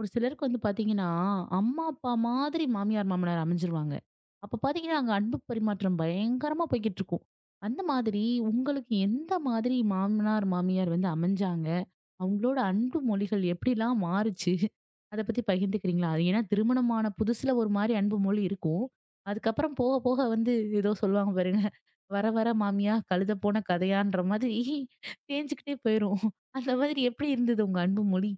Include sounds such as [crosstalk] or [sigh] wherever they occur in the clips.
ஒரு சிலருக்கு வந்து பாத்தீங்கன்னா, அம்மா, அப்பா மாதிரி மாமியார், மாமனார் அமைஞ்சிருவாங்க. அப்ப பாத்தீங்கன்னா, அங்க அன்பு பரிமாற்றம் பயங்கரமா போய்க்கிட்டுருக்கும். அந்த மாதிரி உங்களுக்கு எந்த மாதிரி மாமனார், மாமியார் வந்து அமைஞ்சாங்க? அவங்களோட அன்பு மொழிகள் எப்படிலாம் மாறுச்சு? அத பத்தி பகிர்ந்துக்கிறீங்களா? அது ஏன்னா திருமணமான புதுசுல ஒரு மாரி அன்பு மொழி இருக்கும். அதுக்கப்புறம் போக, போக வந்து ஏதோ சொல்லுவாங்க பாருங்க. வர, வர மாமியா கழுத போன கதையான்ற மாதிரி தேஞ்சுக்கிட்டே போயிரும். அந்த மாதிரி எப்படி இருந்தது உங்க அன்பு மொழி?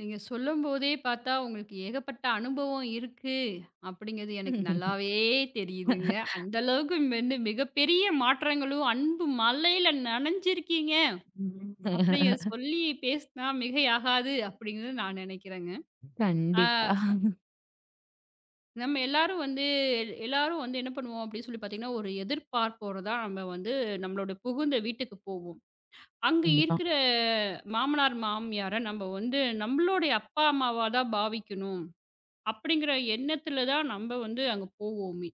நீங்க சொல்லும்போதே பார்த்தா, உங்களுக்கு ஏகப்பட்ட அனுபவம் இருக்கு. அப்படிங்கிறது எனக்கு [laughs] நல்லாவே தெரியுதுங்க. அந்த அளவுக்கு வந்து மிகப்பெரிய மாற்றங்களும், அன்பு மழையில நனைஞ்சிருக்கீங்க. அப்படிங்க சொல்லி பேசினா மிகையாகாது அப்படிங்கிறது நான் நினைக்கிறேங்க. ஆ கண்டிப்பா. நம்ம எல்லாரும் வந்து எல்லாரும் வந்து என்ன பண்ணுவோம் அப்படின்னு சொல்லி பார்த்தீங்கன்னா, ஒரு எதிர்பார்ப்போட தான் நம்ம வந்து நம்மளோட புகுந்த வீட்டுக்கு போவோம். அங்க கண்டிப்பா. இருக்கிற மாமனார், மாமியார நம்ம வந்து நம்மளுடைய அப்பா, அம்மாவா தான் பாவிக்கணும். அப்படிங்கிற எண்ணத்துல தான் நம்ம வந்து அங்க போவோமே.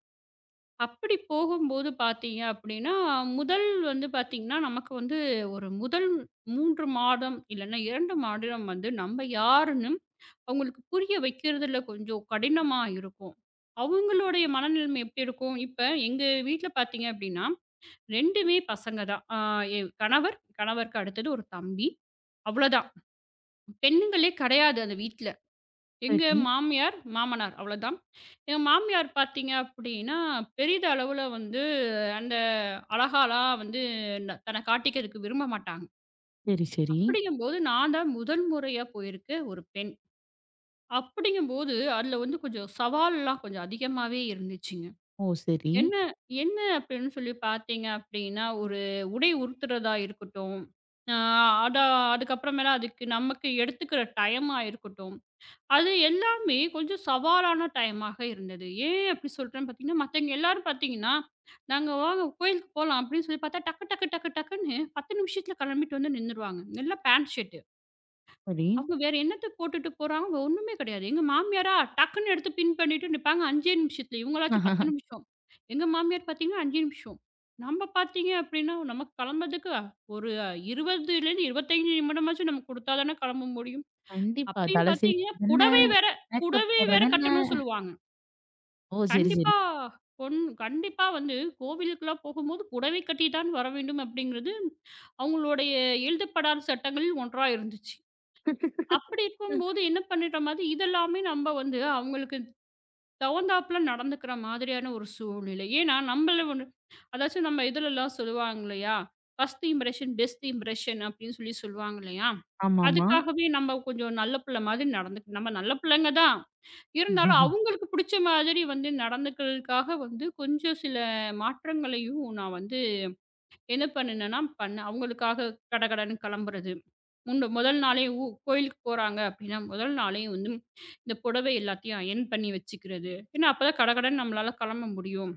அப்படி போகும்போது பார்த்தீங்க அப்படின்னா, முதல் வந்து பார்த்தீங்கன்னா, நமக்கு வந்து ஒரு முதல் 3 மாதம் இல்லன்னா 2 மாதம் வந்து நம்ம யாருன்னு அவங்களுக்கு புரிய வைக்கிறதுல கொஞ்சம் கடினமா இருக்கும். அவங்களுடைய மனநிலைமை எப்படி இருக்கும்? இப்ப எங்க வீட்ல பார்த்தீங்க அப்படின்னா, 2மே பசங்க தான். என் கணவர், கணவருக்கு அடுத்தது ஒரு தம்பி. அவ்வளோதான். பெண்ணுங்களே கிடையாது அந்த வீட்ல. எங்க சரி, மாமியார், மாமனார் அவ்வளோதான். எங்க மாமியார் பார்த்தீங்க அப்படின்னா, பெரிதளவுல வந்து அந்த அழகாலாம் வந்து தன்னை காட்டிக்கிறதுக்கு விரும்ப மாட்டாங்க. சரி, சரி. அப்படிங்கும்போது நான் தான் முதல் முறையா போயிருக்க ஒரு பெண். அப்படிங்கும்போது அதில வந்து கொஞ்சம் சவால்லாம் கொஞ்சம் அதிகமாவே இருந்துச்சுங்க. ஓ! சரி, என்ன என்ன அப்படின்னு சொல்லி பார்த்தீங்க அப்படின்னா, ஒரு உடை உடுத்துறதா இருக்கட்டும், அ அத அதுக்கப்புறமேலா அதுக்கு நமக்கு எடுத்துக்கிற டைமா இருக்கட்டும். அது எல்லாமே கொஞ்சம் சவாலான டைமாக இருந்தது. ஏன் அப்படி சொல்றேன்னு பார்த்தீங்கன்னா, மத்தவங்க எல்லாரும் பார்த்தீங்கன்னா, "நாங்க வாங்க கோயிலுக்கு போலாம்" அப்படின்னு சொல்லி பார்த்தா, டக்கு டக்கு டக்கு டக்குன்னு 10 நிமிஷத்துல கிளம்பிட்டு வந்து நின்னுருவாங்க. எல்லாம் பேண்ட் ஷர்ட். சரி. அவங்க வேற என்னத்த போட்டுட்டு போறாங்க ஒண்ணுமே கிடையாது. எங்க மாமியாரா டக்குன்னு எடுத்து பின் பண்ணிட்டு நிப்பாங்க 5 நிமிஷத்துல. இவங்களாச்சும் 10 நிமிஷம். எங்க மாமியார் பார்த்தீங்கன்னா 5 நிமிஷம். நம்ம பார்த்தீங்க அப்படின்னா, நமக்கு கிளம்புறதுக்கு ஒரு 20லேருந்து 25 நிமிடமாச்சும் நம்ம குடுத்தா தானே கிளம்ப முடியும். கண்டிப்பா. அப்பயும் தலை பார்த்தீங்கன்னா, சீவுறதென்ன, மேக்கப் புடவை வேற போடுறதென்ன. கட்டணும்னு சொல்லுவாங்க. ஓ! சரி, சரி. கண்டிப்பா பொண் கண்டிப்பா வந்து கோவிலுக்குலாம் போகும்போது புடவை கட்டி தான் வர வேண்டும் அப்படிங்கிறது அவங்களுடைய எழுதப்படாத சட்டங்களில் ஒன்றா இருந்துச்சு. அப்படி இருக்கும்போது என்ன பண்ணிட்ட மாதிரி இதெல்லாமே நம்ம வந்து அவங்களுக்கு தகுந்தாப்புல நடந்துக்கிற மாதிரியான ஒரு சூழ்நிலை. ஏன்னா, நம்மள ஒண்ணு அதாச்சும் நம்ம இதுலலாம் சொல்லுவாங்க இல்லையா? ஃபர்ஸ்ட் இம்ப்ரஷன் பெஸ்ட் இம்ப்ரஷன் அப்படின்னு சொல்லி சொல்லுவாங்க இல்லையா? ஆமாமா. அதுக்காகவே நம்ம கொஞ்சம் நல்ல பிள்ளை மாதிரி நம்ம நல்ல பிள்ளைங்க தான். இருந்தாலும் அவங்களுக்கு புடிச்ச மாதிரி வந்து நடந்துக்கிறதுக்காக வந்து கொஞ்சம் சில மாற்றங்களையும் நான் வந்து என்ன பண்ணுனேன்னா, பண்ணேன். அவங்களுக்காக கடகடன்னு கிளம்புறது. முதல் நாளே கோயிலுக்கு போறாங்க அப்படின்னா, முதல் நாளே வந்து இந்த புடவை எல்லாத்தையும் அயர்ன் பண்ணி வச்சுக்கிறது. ஏன்னா, அப்பதான் கடகடன்னு நம்மளால கிளம்ப முடியும்.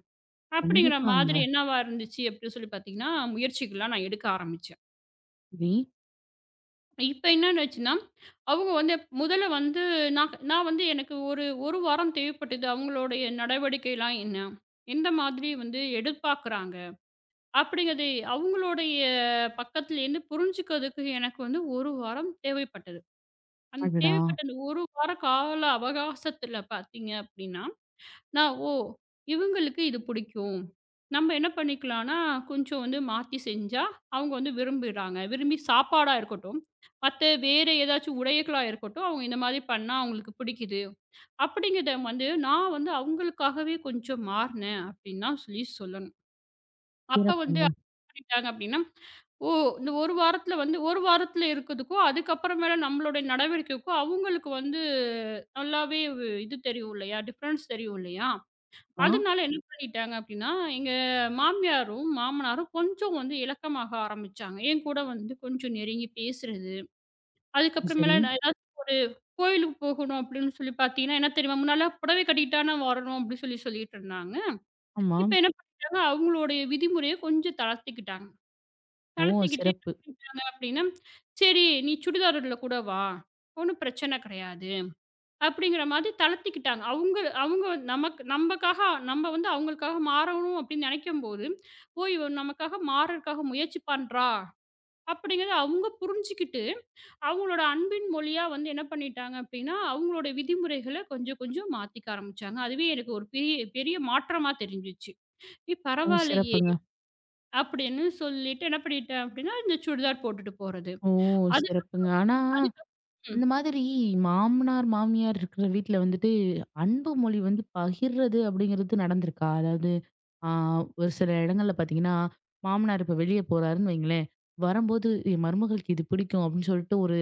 அப்படிங்கிற கண்டிப்பாங்க. மாதிரி என்னவா இருந்துச்சு அப்படின்னு சொல்லி பார்த்தீங்கன்னா, முயற்சிகள்லாம் நான் எடுக்க ஆரம்பிச்சேன். சரி. இப்ப என்னன்னு ஆச்சுன்னா, அவங்க வந்து முதல்ல வந்து நான் நான் வந்து எனக்கு ஒரு 1 வாரம் தேவைப்பட்டது. அவங்களுடைய நடவடிக்கைலாம் என்ன? எந்த மாதிரி வந்து எதிர்பார்க்குறாங்க? அப்படிங்கிறது அவங்களுடைய பக்கத்துலேருந்து புரிஞ்சுக்கிறதுக்கு எனக்கு வந்து 1 வாரம் தேவைப்பட்டது. அந்த அடடா! தேவைப்பட்ட அந்த 1 வார கால அவகாசத்தில பார்த்தீங்க அப்படின்னா, நான் ஓ! இவங்களுக்கு இது பிடிக்கும். நம்ம என்ன பண்ணிக்கலாம்னா, கொஞ்சம் வந்து மாத்தி செஞ்சா அவங்க வந்து விரும்பிடுறாங்க. விரும்பி சாப்பாடா இருக்கட்டும், மத்த வேற ஏதாச்சும் உடைகளா இருக்கட்டும், அவங்க இந்த மாதிரி பண்ணா அவங்களுக்கு பிடிக்குது. அப்படிங்கிறத வந்து நான் வந்து அவங்களுக்காகவே கொஞ்சம் மாறினேன் அப்படின்னு தான் சொல்லி சொல்லணும். அப்ப வந்து சிறப்புங்க. பண்ணிட்டாங்க அப்படின்னா, ஓ! இந்த 1 வாரத்துல வந்து 1 வாரத்துல இருக்கதுக்கும், அதுக்கப்புறமேல நம்மளுடைய நடவடிக்கைக்கும் அவங்களுக்கு வந்து நல்லாவே இது தெரியும் இல்லையா? டிஃபரன்ஸ் தெரியும் இல்லையா? ஆமா. அதனால என்ன பண்ணிட்டாங்க அப்படின்னா, எங்க மாமியாரும், மாமனாரும் கொஞ்சம் வந்து இலக்கமாக ஆரம்பிச்சாங்க. என் கூட வந்து கொஞ்சம் நெருங்கி பேசுறது. அது சரி. அதுக்கப்புறமேல நான் ஏதாச்சும் ஒரு கோயிலுக்கு போகணும் அப்படின்னு சொல்லி பார்த்தீங்கன்னா, என்ன தெரியுமா? முன்னாடிலாம் புடவை கட்டிட்டு தான வரணும் அப்படின்னு சொல்லி சொல்லிட்டு இருந்தாங்க. ஆமா. இப்ப என்ன பண்ணிட்டாங்க, அவங்களுடைய விதிமுறைய கொஞ்சம் தளர்த்திக்கிட்டாங்க. ஓ! தளர்த்திக்கிட்டு என்ன சிறப்பு. பண்ணிட்டாங்க அப்படின்னா, "சரி நீ சுடிதார்ல கூட வா, ஒண்ணும் பிரச்சனை கிடையாது." அப்படிங்கிற மாதிரி தளர்த்திக்கிட்டாங்க. அவங்க அவங்க நமக்காக நம்ம வந்து அவங்களுக்காக மாறணும் அப்படின்னு நினைக்கும்போது, "ஓ! இவ நமக்காக மாறுறதுக்காக முயற்சி பண்றா." அப்படிங்கிறத அவங்க புரிஞ்சுக்கிட்டு, அவங்களோட அன்பின் மொழியா வந்து என்ன பண்ணிட்டாங்க அப்படின்னா, அவங்களோட விதிமுறைகள கொஞ்சம் கொஞ்சம் மாத்திக்க ஆரம்பிச்சாங்க. அதுவே எனக்கு ஒரு பெரிய பெரிய மாற்றமா தெரிஞ்சுச்சு. "ஏய் ஓ! பரவாயில்லையே!" சிறப்புங்க. அப்படின்னு சொல்லிட்டு என்ன பண்ணிட்டேன் அப்படின்னா, இந்த சுடிதார் போட்டுட்டு போறது. ஓ! அது சிறப்புங்க. ஆனா, அதுக்கு ம். இந்த மாதிரி மாமனார், மாமியார் இருக்கிற வீட்ல வந்துட்டு, அன்பு மொழி வந்து பகிர்றது அப்படிங்கிறது நடந்திருக்கா? அதாவது ஆ ஒரு சில இடங்கள்ல பார்த்தீங்கன்னா, மாமனார் இப்ப வெளிய போறாருன்னு வைங்களேன், வரும்போது என் மருமகளுக்கு இது பிடிக்கும் அப்படின்னு சொல்லிட்டு ஒரு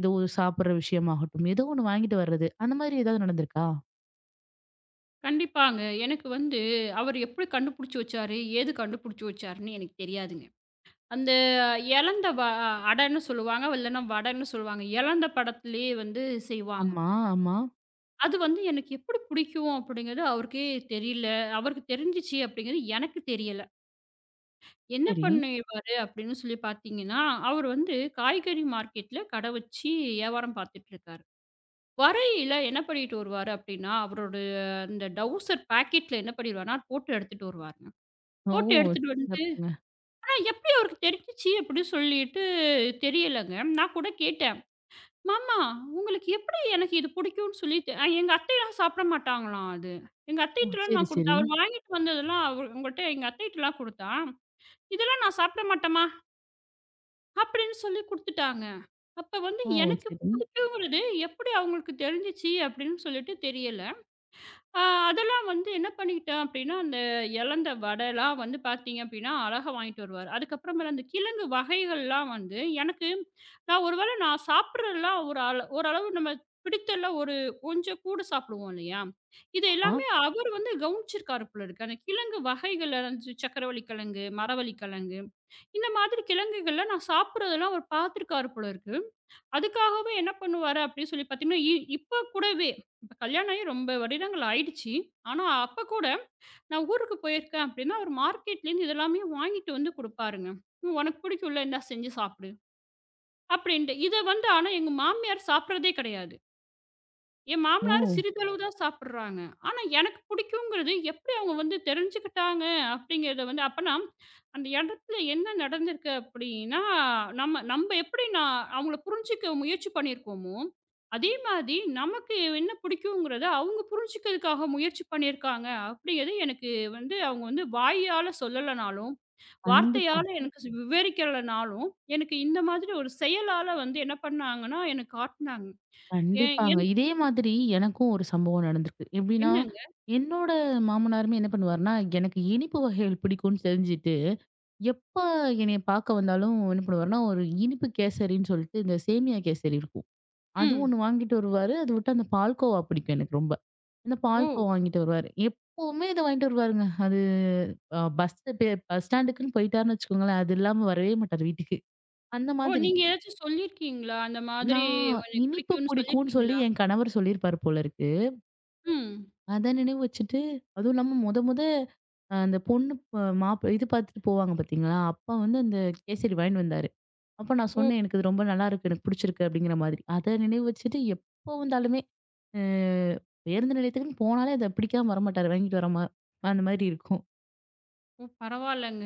ஏதோ ஒரு சாப்பிடுற விஷயமாகட்டும், ஏதோ ஒண்ணு வாங்கிட்டு வர்றது. அந்த மாதிரி ஏதாவது நடந்திருக்கா? கண்டிப்பாங்க. எனக்கு வந்து அவரு எப்படி கண்டுபிடிச்சு வச்சாரு? ஏது கண்டுபிடிச்சு வச்சாருன்னு எனக்கு தெரியாதுங்க. அந்த எலந்த வ அடன்னு சொல்லுவாங்க. இல்லன்னா வடன்னு சொல்லுவாங்க. எலந்த படத்திலேயே வந்து செய்வாங்க. ஆமா, ஆமா. அது வந்து எனக்கு எப்படி பிடிக்கும் அப்படிங்கிறது அவருக்கே தெரியல. அவருக்கு தெரிஞ்சுச்சு அப்படிங்கிறது எனக்கு தெரியல. என்ன சரி. பண்ணுவாரு அப்படின்னு சொல்லி பார்த்தீங்கன்னா, அவர் வந்து காய்கறி மார்க்கெட்ல கடை வச்சு வியாபாரம் பார்த்துட்டுருக்காரு. வரையில என்ன பண்ணிட்டு வருவாரு அப்படின்னா, அவரோட அந்த டவுசர் பாக்கெட்ல என்ன பண்ணிருவாருன்னா, போட்டு எடுத்துட்டு வருவாருங்க. ஓ! போட்டு எடுத்துட்டு வந்துட்டு, சிறப்புங்க. ஆனா எப்படி அவருக்கு தெரிஞ்சுச்சு அப்படின்னு சொல்லிட்டு தெரியலங்க. நான் கூட கேட்டேன், "மாமா உங்களுக்கு எப்படி எனக்கு இது பிடிக்கும்னு சொல்லி தெ அ எங்க அத்தைலாம் சாப்பிட மாட்டாங்களாம் அது. எங்க ஓ! அத்தைட்டலாம் சரி, நான் குடுத்தேன். சரி. அவர் வாங்கிட்டு வந்ததெல்லாம் அவரு உங்கள்ட்ட எங்க அத்தைட்டலாம் குடுத்தான். இதெல்லாம் நான் சாப்பிட மாட்டேம்மா" அப்படின்னு சொல்லி குடுத்துட்டாங்க. அப்ப வந்து ஓ! எனக்கு சரி. புரியுறது எப்படி அவங்களுக்கு தெரிஞ்சுச்சு அப்படின்னு சொல்லிட்டு தெரியல. ஆ, அதெல்லாம் வந்து என்ன பண்ணிக்கிட்டேன் அப்படின்னா, அந்த எலந்த வடைலாம் வந்து பார்த்தீங்க அப்படின்னா, அழகா வாங்கிட்டு வருவாரு. அதுக்கப்புறமேல அந்த கிழங்கு வகைகள்லாம் வந்து எனக்கு நான் ஒரு வேளை நான் சாப்பிடுறதெல்லாம் ஒரு ஓரளவு நம்ம பிடித்தல்ல ஒரு கொஞ்சம் கூட சாப்பிடுவோம் இல்லையா? இது ஆமா. எல்லாமே அவர் வந்து கவனிச்சிருக்காரு போல இருக்கு. அந்த கிழங்கு வகைகள்ல வந்து சக்கரவள்ளி கிழங்கு, மரவள்ளி கிழங்கு இந்த மாதிரி கிழங்குகள்லாம் நான் சாப்பிடுறதெல்லாம் அவர் பார்த்துருக்காரு போல இருக்கு. அதுக்காகவே என்ன பண்ணுவாரு அப்படின்னு சொல்லி பார்த்தீங்கன்னா, இப்ப கூடவே இப்ப கல்யாணம் ஆகி ரொம்ப வருடங்கள் ஆயிடுச்சு. ஆனா, அப்ப கூட நான் ஊருக்கு போயிருக்கேன் அப்படின்னா, அவரு மார்க்கெட்லேருந்து இதெல்லாமே வாங்கிட்டு வந்து குடுப்பாருங்க. "உனக்கு பிடிக்கும்ல, இந்தா செஞ்சு சாப்பிடு" அப்படின்ட்டு. இத வந்து ஆனா எங்க மாமியார் சாப்பிடுறதே கிடையாது. என் ஓ! மாமனார் சிறிதளவு தான் சாப்பிடுறாங்க. ஆனா எனக்கு பிடிக்குங்கிறது எப்படி அவங்க வந்து தெரிஞ்சுக்கிட்டாங்க அப்படிங்கிறத வந்து அப்பன்னா அந்த இடத்துல என்ன நடந்திருக்கு அப்படின்னா, நம்ம நம்ம எப்படி நான் அவங்கள புரிஞ்சுக்க முயற்சி பண்ணியிருக்கோமோ, அதே மாதிரி நமக்கு என்ன பிடிக்குங்கிறத அவங்க புரிஞ்சுக்கிறதுக்காக முயற்சி பண்ணியிருக்காங்க அப்படிங்கிறது எனக்கு வந்து அவங்க வந்து வாயால சொல்லலனாலும், கண்டிப்பா, வார்த்தையால எனக்கு விவரிக்கலனாலும், எனக்கு இந்த மாதிரி ஒரு செயலால வந்து என்ன பண்ணாங்கன்னா, எனக்கு காட்டுனாங்க. எ கண்டிப்பாங்க. எனக்கு இதே மாதிரி எனக்கும் ஒரு சம்பவம் நடந்திருக்கு. எப்படின்னா, என்னங்க? என்னோட மாமனாருமே என்ன பண்ணுவாருன்னா, எனக்கு இனிப்பு வகைகள் பிடிக்கும்னு தெரிஞ்சு எப்ப என்னைய பார்க்க வந்தாலும் என்ன பண்ணுவாருன்னா, ஒரு இனிப்பு கேசரின்னு சொல்லிட்டு இந்த சேமியா கேசரி இருக்கும். அது ம். ஒண்ணு வாங்கிட்டு வருவாரு. அத விட்டு அந்த பால்கோவா பிடிக்கும் எனக்கு ரொம்ப. அந்த ஓ! பால்கோவா வாங்கிட்டு வருவாரு. எப்பவுமே இத வாங்கிட்டு வருவாருங்க. அது அ பஸ் பே பஸ் ஸ்டாண்டுக்குன்னு போயிட்டாருன்னு வச்சுக்கோங்களேன், அது இல்லாம வரவே மாட்டாரு வீட்டுக்கு. அந்த ஓ! மாதிரி. நீங்க ஏதாச்சும் சொல்லியிருக்கீங்களா? அந்த மாதிரி நான் எனக்கு இனிப்பு பிடிக்கும்னு பிடிக்கும்னு சொல்லி சொல்லியிருக்கீங்களா? என் கணவர் சொல்லியிருப்பாரு போல இருக்கு. ம். அத நினைவு வச்சுட்டு, அதுவும் இல்லாம மொத மொத அந்த பொண்ணு மாப்பிள இது பார்த்துட்டு போவாங்க பார்த்தீங்களா? அப்ப வந்து அந்த கேசரி வாங்கிட்டு வந்தாரு. அப்ப நான் ஓ! சொன்னேன், "எனக்கு இது ரொம்ப நல்லாருக்கு. எனக்கு பிடிச்சிருக்கு." அப்படிங்கிற மாதிரி. அத நினைவு வச்சுட்டு எப்போ வந்தாலுமே அ பேருந்து நிலையத்துக்குன்னு போனாலே அத பிடிக்காம வரமாட்டாரு. வாங்கிட்டு வர மா அந்த மாதிரி இருக்கும். ஓ! பரவாயில்லங்க.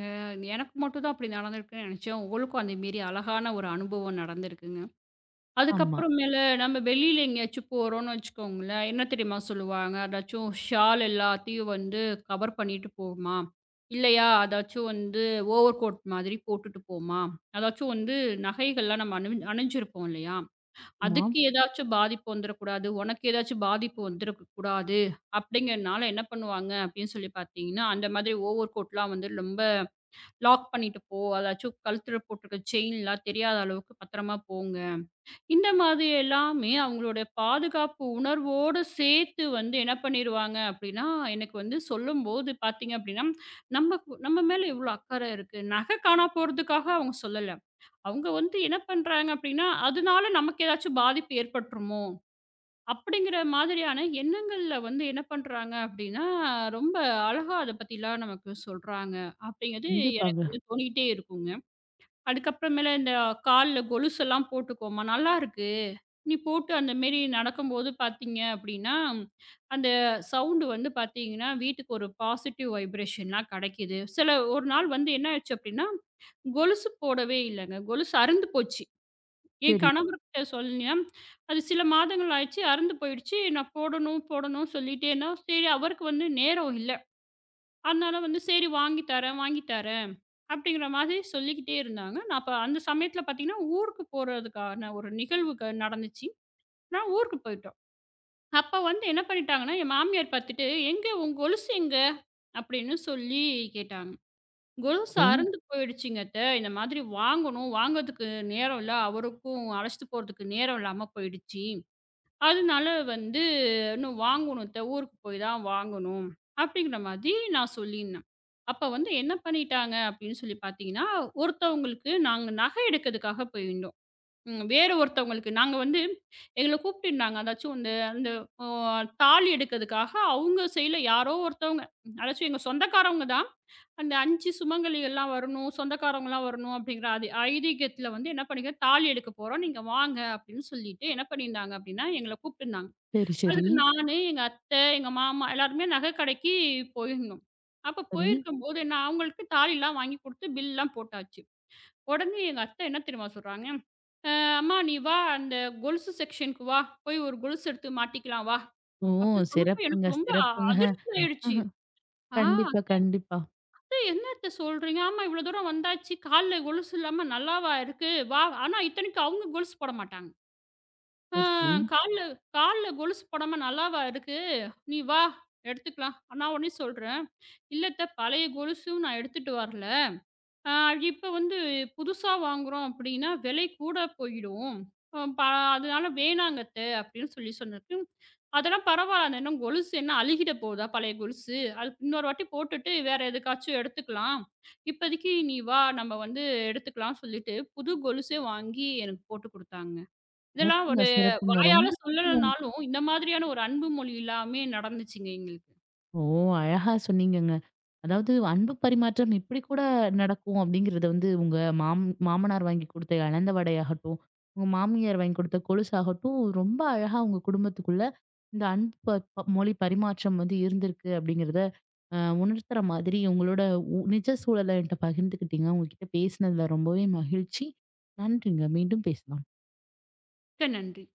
எனக்கு மட்டும் தான் அப்படி நடந்திருக்குன்னு நெனச்சேன். உங்களுக்கும் அந்த மாரி அழகான ஒரு அனுபவம் நடந்திருக்குங்க. ஆமா, அதுக்கப்புறமேல நம்ம வெளியில எங்கேயாச்சும் போறோம்னு வச்சுக்கோங்களேன், என்ன தெரியுமா சொல்லுவாங்க? "அதாச்சும் ஷால் எல்லாத்தையும் வந்து கவர் பண்ணிட்டு போமா. இல்லையா, அதாச்சும் வந்து ஓவர் கோட் மாதிரி போட்டுட்டு போமா." அதாச்சும் வந்து நகைகள்லாம் நம்ம அணிஞ்சிருப்போம் இல்லையா? ஆமா. அதுக்கு ஏதாச்சும் பாதிப்பு வந்துரக்கூடாது, உனக்கு ஏதாச்சும் பாதிப்பு வந்துருக்க கூடாது அப்படிங்கிறனால என்ன பண்ணுவாங்க அப்படின்னு சொல்லி பார்த்தீங்கன்னா, அந்த மாதிரி ஓவர் கோட்லாம் வந்து ரொம்ப லாக் பண்ணிட்டு போ. அதாச்சும் கழுத்துல போட்டிருக்க செயின்லாம் தெரியாத அளவுக்கு பத்திரமா போங்க. இந்த மாதிரி எல்லாமே அவங்களுடைய பாதுகாப்பு உணர்வோடு சேர்த்து வந்து என்ன பண்ணிருவாங்க அப்படின்னா, எனக்கு வந்து சொல்லும்போது பார்த்தீங்க அப்படின்னா, நம்ம நம்ம மேல இவ்வளோ அக்கறை இருக்கு. நகை காணா போறதுக்காக அவங்க சொல்லல. அவங்க வந்து என்ன பண்றாங்க அப்படின்னா, அதனால நமக்கு ஏதாச்சும் பாதிப்பு ஏற்பட்டுருமோ? அப்படிங்கிற மாதிரியான எண்ணங்கள்ல வந்து என்ன பண்றாங்க அப்படின்னா, ரொம்ப அழகா அத பத்திலாம் நமக்கு சொல்றாங்க. அப்படிங்கிறது எனக்கு கண்டிப்பாங்க. வந்து தோணிக்கிட்டே இருக்குங்க. அதுக்கப்புறமேல இந்த கால்ல கொலுசெல்லாம் போட்டுக்கோமா, நல்லாருக்கு. நீ போட்டு அந்த மாரி நடக்கும்போது பார்த்தீங்க அப்படின்னா, அந்த சவுண்டு வந்து பார்த்தீங்கன்னா, வீட்டுக்கு ஒரு பாசிட்டிவ் வைப்ரேஷன்லாம் கெடைக்குது. சில ஒரு நாள் வந்து என்ன ஆச்சு அப்படின்னா, கொலுசு போடவே இல்லங்க. கொலுசு அறுந்து போச்சு. என் சரி, கணவர்கிட்ட சொன்னேன். அது சில மாதங்கள் ஆயிடுச்சு. அறுந்து போயிடுச்சு. நான் போடணும், போடணும்னு சொல்லிட்டே இருந்தேன். சரி அவருக்கு வந்து நேரம் இல்ல. அதனால வந்து "சரி வாங்கி தரேன், வாங்கி தரேன்" அப்படிங்கிற மாதிரி சொல்லிக்கிட்டே இருந்தாங்க. நான் அப்ப அந்த சமயத்துல பார்த்தீங்கன்னா, ஊருக்கு போறதுக்கான ஒரு நிகழ்வுக்கு நடந்துச்சு. நான் ஊருக்கு போயிட்டோம். அப்ப வந்து என்ன பண்ணிட்டாங்கன்னா, என் மாமியார் பார்த்துட்டு "எங்க உன் கொலுசு எங்க?" அப்படின்னு சொல்லி கேட்டாங்க. கொலுசு சரி, அறுந்து போயிடுச்சுங்க அத்த. இந்த மாதிரி வாங்கணும். வாங்கறதுக்கு நேரம் இல்ல. அவருக்கும் அழைச்சிட்டு போறதுக்கு நேரம் இல்லாம போயிடுச்சு. அதனால வந்து இன்னும் வாங்கணும் அத்த. ஊருக்கு போய் தான் வாங்கணும். அப்படிங்கிற மாதிரி நான் சொல்லியிருந்தேன். அப்ப வந்து என்ன பண்ணிட்டாங்க அப்படின்னு சொல்லி பார்த்தீங்கன்னா, ஒருத்தவங்களுக்கு நாங்க நகை எடுக்கிறதுக்காக போயிருந்தோம். ம். வேறு ஒருத்தவங்களுக்கு நாங்க வந்து எங்கள கூப்பிட்டுருந்தாங்க. அதாச்சும் இந்த அந்த அ தாலி எடுக்கிறதுக்காக அவங்க சைட்ல யாரோ ஒருத்தவங்க, அதாச்சும் எங்க சொந்தக்காரவங்க தான். அந்த 5 சுமங்கலிகள்லாம் வரணும், சொந்தக்காரவங்கலாம் வரணும் அப்படிங்கிற அது ஐதீகத்தில வந்து என்ன பண்ணிக்க தாலி எடுக்க போறோம். நீங்க வாங்க அப்படின்னு சொல்லிட்டு என்ன பண்ணியிருந்தாங்க அப்படின்னா, எங்கள கூப்பிட்டுருந்தாங்க. சரி, சரி, அதுக்கு நானு, எங்க அத்தை, எங்க மாமா எல்லாருமே நகை கடைக்கு போயிருந்தோம். அப்ப சரி. போயிருக்கும்போது நான் அவங்களுக்கு தாலிலாம் வாங்கி குடுத்து பில்லாம் போட்டாச்சு. உடனே எங்க அத்தை என்ன தெரியுமா சொல்றாங்க? "அ அம்மா நீ வா அந்த கொலுசு செக்ஷனுக்கு வா. போய் ஒரு கொலுசு எடுத்து மாட்டிக்கலாம் வா." ஓ! அப்படின்னு சொன்னப்ப சிறப்புங்க, எனக்கு ரொம்ப சிறப்புங்க. அதிர்ச்சி ஆயிடுச்சு. ஆஹா, ஆ கண்டிப்பா, கண்டிப்பா. அத்தை என்ன அத்தை சொல்றீங்க? ஆமா இவ்வளோ தூரம் வந்தாச்சு. கால்ல கொலுசு இல்லாம நல்லாவா இருக்கு? வா ஆனா இத்தனைக்கும் அவங்க கொலுசு போட மாட்டாங்க. "ஆ சரி, சரி. கால்ல கால்ல கொலுசு போடாம நல்லாவா இருக்கு? நீ வா எடுத்துக்கலாம்." நான் உடனே சொல்றேன், "இல்ல அத்தை பழைய கொலுசும் நான் எடுத்துட்டு வரல. ஆ, இப்ப வந்து புதுசா வாங்குறோம் அப்படின்னா விலை கூட போயிடும். அ ப அதனால வேணாங்க அத்த அப்படின்னு சொல்லி சொன்னதுக்கு, அதெல்லாம் பரவாயில்ல. அந்த இன்னும் கொலுசு என்ன அழுகிட போகுதா பழைய கொலுசு? அது இன்னொரு வாட்டி போட்டுட்டு வேற எதுக்காச்சும் எடுத்துக்கலாம். இப்போதைக்கு நீ வா நம்ம வந்து எடுத்துக்கலாம்னு சொல்லிட்டு புது கொலுசே வாங்கி எனக்கு போட்டு குடுத்தாங்க. இதெல்லாம் சிறப்புங்க, ஒரு சிறப்புங்க. வாயால சொல்லலைனாலும் இந்த மாதிரியான ஒரு அன்பு மொழி எல்லாமே நடந்துச்சுங்க எங்களுக்கு. ஓ! அழகா சொன்னீங்கங்க. அதாவது அன்பு பரிமாற்றம் இப்படி கூட நடக்கும் அப்படிங்கிறத வந்து உங்க மாம் மாமனார் வாங்கி கொடுத்த இழந்த வடையாகட்டும், உங்க மாமியார் வாங்கி கொடுத்த கொலுசாகட்டும், ரொம்ப அழகா உங்க குடும்பத்துக்குள்ள இந்த அன்பு ப ப மொழி பரிமாற்றம் வந்து இருந்திருக்கு அப்படிங்கிறத அ உணர்த்துற மாதிரி உங்களோட நிஜ சூழல என்கிட்ட பகிர்ந்துக்கிட்டீங்க. உங்ககிட்ட பேசினதுல ரொம்பவே மகிழ்ச்சி. நன்றிங்க. மீண்டும் பேசலாம். மிக்க நன்றி.